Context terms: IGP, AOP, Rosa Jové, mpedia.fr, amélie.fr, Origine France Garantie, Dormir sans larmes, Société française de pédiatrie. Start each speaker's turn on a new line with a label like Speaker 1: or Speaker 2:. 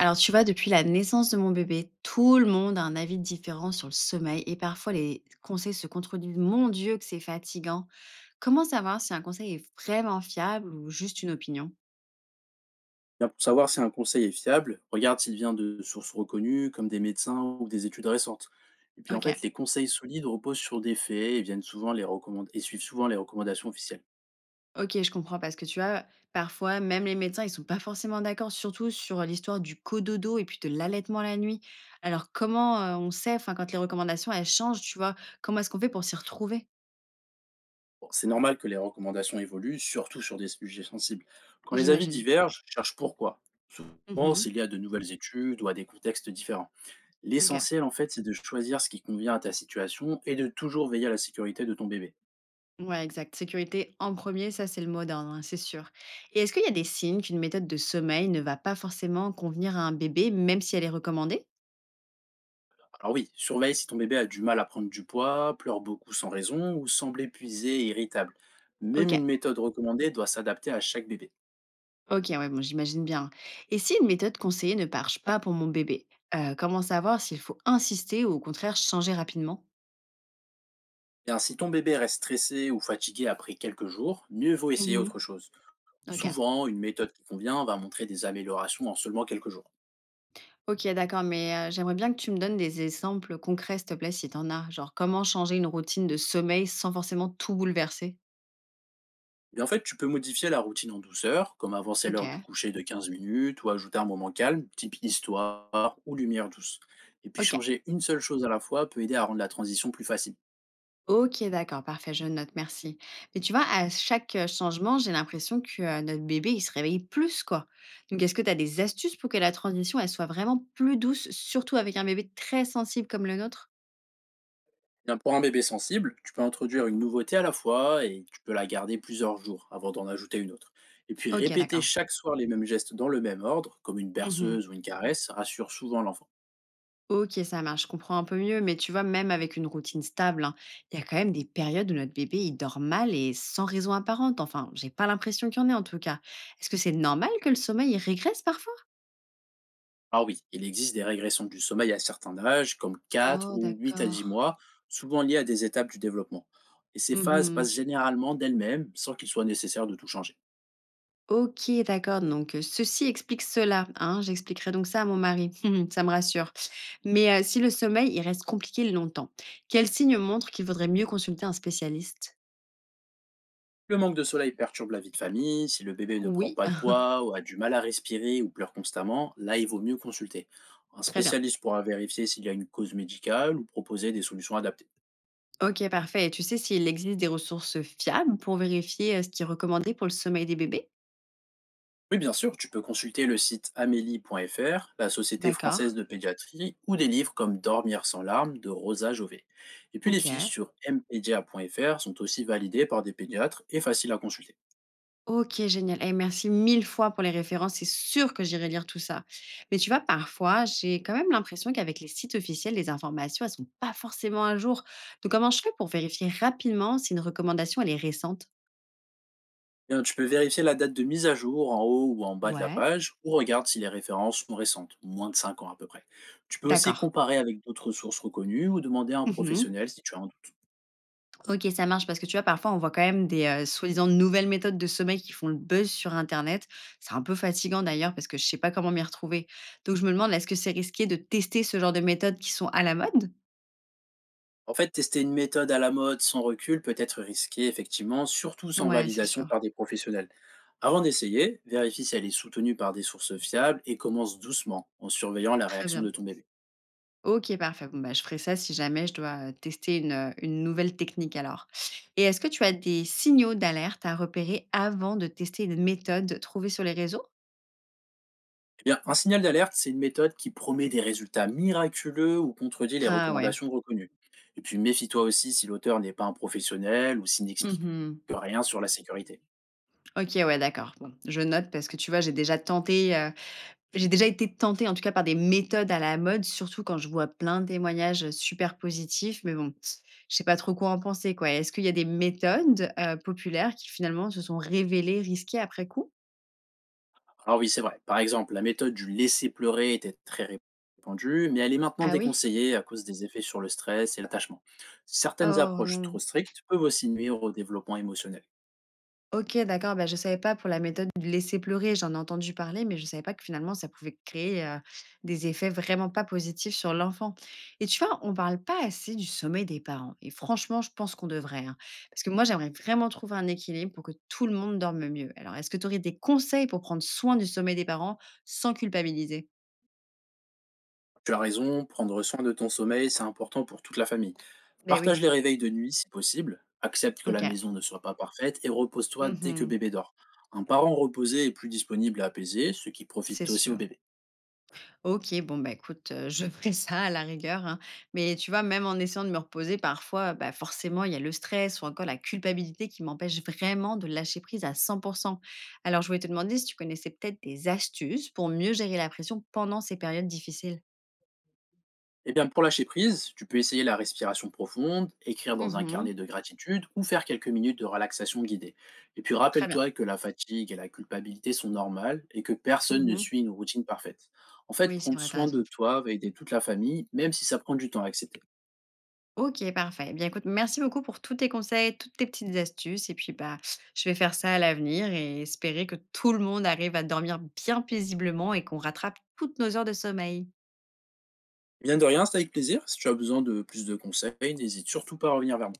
Speaker 1: Alors tu vois, depuis la naissance de mon bébé, tout le monde a un avis différent sur le sommeil et parfois les conseils se contredisent. Mon Dieu, que c'est fatigant. Comment savoir si un conseil est vraiment fiable ou juste une opinion?
Speaker 2: Bien, pour savoir si un conseil est fiable, regarde s'il vient de sources reconnues, comme des médecins ou des études récentes. Et puis en
Speaker 1: Ok,
Speaker 2: fait, les conseils solides reposent sur des faits et viennent souvent et suivent souvent les recommandations officielles.
Speaker 1: ok, je comprends parce que tu vois, parfois même les médecins, ils sont pas forcément d'accord, surtout sur l'histoire du cododo et puis de l'allaitement la nuit. Alors comment on sait, enfin quand les recommandations elles changent, tu vois, comment est-ce qu'on fait pour s'y retrouver?
Speaker 2: Bon, c'est normal que les recommandations évoluent, surtout sur des sujets sensibles. Quand les avis
Speaker 1: J'imagine.
Speaker 2: divergent, cherche pourquoi. Souvent,
Speaker 1: Mhm.
Speaker 2: s'il y a de nouvelles études ou à des contextes différents.
Speaker 1: Ok.
Speaker 2: L'essentiel, en fait, c'est de choisir ce qui convient à ta situation et de toujours veiller à la sécurité de ton bébé.
Speaker 1: Ouais, exact. Sécurité en premier, ça c'est le mot d'ordre, hein, c'est sûr. Et est-ce qu'il y a des signes qu'une méthode de sommeil ne va pas forcément convenir à un bébé, même si elle est recommandée?
Speaker 2: Alors oui, surveille si ton bébé a du mal à prendre du poids, pleure beaucoup sans raison ou semble épuisé et irritable.
Speaker 1: Ok,
Speaker 2: Même une méthode recommandée doit s'adapter à chaque bébé.
Speaker 1: ok, ouais, bon, j'imagine bien. Et si une méthode conseillée ne marche pas pour mon bébé, comment savoir s'il faut insister ou au contraire changer rapidement?
Speaker 2: Bien, si ton bébé reste stressé ou fatigué après quelques jours, mieux vaut essayer
Speaker 1: Mhm.
Speaker 2: autre chose.
Speaker 1: Ok,
Speaker 2: Souvent, une méthode qui convient va montrer des améliorations en seulement quelques jours.
Speaker 1: ok, d'accord, mais j'aimerais bien que tu me donnes des exemples concrets, s'il te plaît, si t'en as. Genre comment changer une routine de sommeil sans forcément tout bouleverser?
Speaker 2: Et en fait, tu peux modifier la routine en douceur, comme avancer
Speaker 1: Ok,
Speaker 2: l'heure du coucher de 15 minutes ou ajouter un moment calme, type histoire ou lumière douce. Et puis
Speaker 1: ok.
Speaker 2: changer une seule chose à la fois peut aider à rendre la transition plus facile.
Speaker 1: OK, d'accord, parfait, je note, merci. Mais tu vois, à changement, j'ai l'impression que notre bébé, il se réveille plus, quoi. Donc est-ce que tu as des astuces pour que la transition, elle soit vraiment plus douce, surtout avec un bébé très sensible comme le nôtre?
Speaker 2: Bien, pour un bébé sensible, tu peux introduire une nouveauté à la fois et tu peux la garder plusieurs jours avant d'en ajouter une autre. Et puis
Speaker 1: OK,
Speaker 2: répéter
Speaker 1: d'accord.
Speaker 2: chaque soir les mêmes gestes dans le même ordre, comme une
Speaker 1: Mmh.
Speaker 2: berceuse ou une caresse, rassure souvent l'enfant.
Speaker 1: OK, ça marche, je comprends un peu mieux, mais tu vois, même avec une routine stable, hein, il y a quand même des périodes où notre bébé, il dort mal et sans raison apparente. Enfin, j'ai pas l'impression qu'il y en ait, en tout cas. Est-ce que c'est normal que le sommeil, il régresse parfois?
Speaker 2: Ah oui, il existe des régressions du sommeil à certains âges, comme quatre
Speaker 1: Oh,
Speaker 2: ou 8 à
Speaker 1: d'accord.
Speaker 2: 10 mois, souvent liées à des étapes du développement. Et ces phases
Speaker 1: Mmh.
Speaker 2: passent généralement d'elles-mêmes sans qu'il soit nécessaire de tout changer.
Speaker 1: Ok, d'accord. Donc, ceci explique cela, hein. J'expliquerai donc ça à mon mari. Ça me rassure. Mais si le sommeil, il reste compliqué longtemps, quel signe montre qu'il vaudrait mieux consulter un spécialiste?
Speaker 2: Le manque de soleil perturbe la vie de famille, si le bébé ne prend
Speaker 1: Oui,
Speaker 2: pas de poids ou a du mal à respirer ou pleure constamment, là il vaut mieux consulter. Un
Speaker 1: très bien.
Speaker 2: spécialiste pourra vérifier s'il y a une cause médicale ou proposer des solutions adaptées.
Speaker 1: Ok, parfait. Et tu sais s'il existe des ressources fiables pour vérifier ce qui est recommandé pour le sommeil des bébés?
Speaker 2: Oui bien sûr, tu peux consulter le site amélie.fr, la Société
Speaker 1: D'accord.
Speaker 2: française de pédiatrie ou des livres comme Dormir sans larmes de Rosa Jové. Et puis les
Speaker 1: Ok.
Speaker 2: fiches sur mpedia.fr sont aussi validées par des pédiatres et faciles à consulter.
Speaker 1: OK, génial, et merci 1000 fois pour les références. C'est sûr que j'irai lire tout ça. Mais tu vois, parfois, j'ai quand même l'impression qu'avec les sites officiels, les informations, elles sont pas forcément à jour. Donc, comment je fais pour vérifier rapidement si une recommandation, elle est récente?
Speaker 2: Eh bien, tu peux vérifier la date de mise à jour en haut ou en bas de la
Speaker 1: Ouais.
Speaker 2: page, ou regarde si les références sont récentes, moins de 5 ans à peu près. Tu peux aussi
Speaker 1: D'accord.
Speaker 2: comparer avec d'autres sources reconnues ou demander à un
Speaker 1: Mhm.
Speaker 2: professionnel si tu as un doute.
Speaker 1: Ok, ça marche parce que tu vois, parfois, on voit quand même des soi-disant nouvelles méthodes de sommeil qui font le buzz sur Internet. C'est un peu fatigant d'ailleurs parce que je sais pas comment m'y retrouver. Donc, je me demande, est-ce que c'est risqué de tester ce genre de méthodes qui sont à la mode?
Speaker 2: En fait, tester une méthode à la mode sans recul peut être risqué, effectivement, surtout sans
Speaker 1: Ouais, c'est
Speaker 2: validation
Speaker 1: sûr.
Speaker 2: par des professionnels. Avant d'essayer, vérifie si elle est soutenue par des sources fiables et commence doucement en surveillant la
Speaker 1: Très
Speaker 2: réaction de
Speaker 1: bien.
Speaker 2: ton bébé.
Speaker 1: OK, parfait. Bon, bah, je ferai ça si jamais je dois, tester une nouvelle technique alors. Et est-ce que tu as des signaux d'alerte à repérer avant de tester une méthode trouvée sur les réseaux?
Speaker 2: Eh bien, un signal d'alerte, c'est une méthode qui promet des résultats miraculeux ou contredit les
Speaker 1: Ah ouais.
Speaker 2: recommandations reconnues. Et puis, méfie-toi aussi si l'auteur n'est pas un professionnel ou s'il n'explique
Speaker 1: Mmh.
Speaker 2: rien sur la sécurité.
Speaker 1: OK, ouais, d'accord. Bon, je note parce que tu vois, j'ai déjà j'ai déjà été tentée en tout cas par des méthodes à la mode, surtout quand je vois plein de témoignages, super positifs, mais bon, je sais pas trop quoi en penser, quoi. Est-ce qu'il y a des populaires qui finalement se sont révélées risquées après coup?
Speaker 2: Alors oui, c'est vrai. Par exemple, la méthode du laisser pleurer était très répandue, mais elle est maintenant
Speaker 1: Ah oui?
Speaker 2: déconseillée à cause des effets sur le stress et l'attachement. Certaines
Speaker 1: Oh
Speaker 2: approches trop
Speaker 1: non.
Speaker 2: strictes peuvent aussi nuire au développement émotionnel.
Speaker 1: OK, d'accord, bah, je savais pas pour la méthode du laisser pleurer, j'en ai entendu parler, mais je savais pas que finalement ça pouvait des effets vraiment pas positifs sur l'enfant. Et tu vois, on parle pas assez du sommeil des parents et franchement, je pense qu'on devrait, hein. Parce que moi, j'aimerais vraiment trouver un équilibre pour que tout le monde dorme mieux. Alors est-ce que tu aurais des conseils pour prendre soin du sommeil des parents sans culpabiliser?
Speaker 2: Tu as raison, prendre soin de ton sommeil, c'est important pour toute la famille.
Speaker 1: Ben oui.
Speaker 2: Partage les réveils de nuit si possible, accepte que la
Speaker 1: OK.
Speaker 2: maison ne soit pas parfaite et repose-toi dès que
Speaker 1: Mmh.
Speaker 2: bébé dort. Un parent reposé est plus disponible à apaiser, ce qui
Speaker 1: C'est
Speaker 2: profite aussi au
Speaker 1: sûr.
Speaker 2: bébé.
Speaker 1: OK, bon, bah, écoute, je ferai ça à la rigueur, hein. Mais tu vois, même en essayant de me reposer parfois, bah, forcément, il y a le stress ou encore la culpabilité qui m'empêche vraiment de lâcher prise à 100. Alors je voulais te demander si tu connaissais peut-être des astuces pour mieux gérer la pression pendant ces périodes difficiles?
Speaker 2: Et bien pour lâcher prise, tu peux essayer la respiration profonde, écrire dans un
Speaker 1: Mmh.
Speaker 2: carnet de gratitude ou faire quelques minutes de relaxation guidée. Et puis
Speaker 1: Très bien.
Speaker 2: rappelle-toi que la fatigue et la culpabilité sont normales et que personne ne
Speaker 1: Mmh.
Speaker 2: suit une routine parfaite. En fait,
Speaker 1: Oui, c'est
Speaker 2: prendre
Speaker 1: vrai, t'as
Speaker 2: soin
Speaker 1: raison.
Speaker 2: de toi va aider toute la famille, même si ça prend du temps à accepter.
Speaker 1: OK, parfait. Eh bien écoute, merci beaucoup pour tous tes conseils, toutes tes petites astuces et puis, bah, je vais faire ça à l'avenir et espérer que tout le monde arrive à dormir bien paisiblement et qu'on rattrape toutes nos heures de sommeil.
Speaker 2: Bien de rien, c'était avec plaisir. Si tu as besoin de plus de conseils, n'hésite surtout pas à revenir vers moi.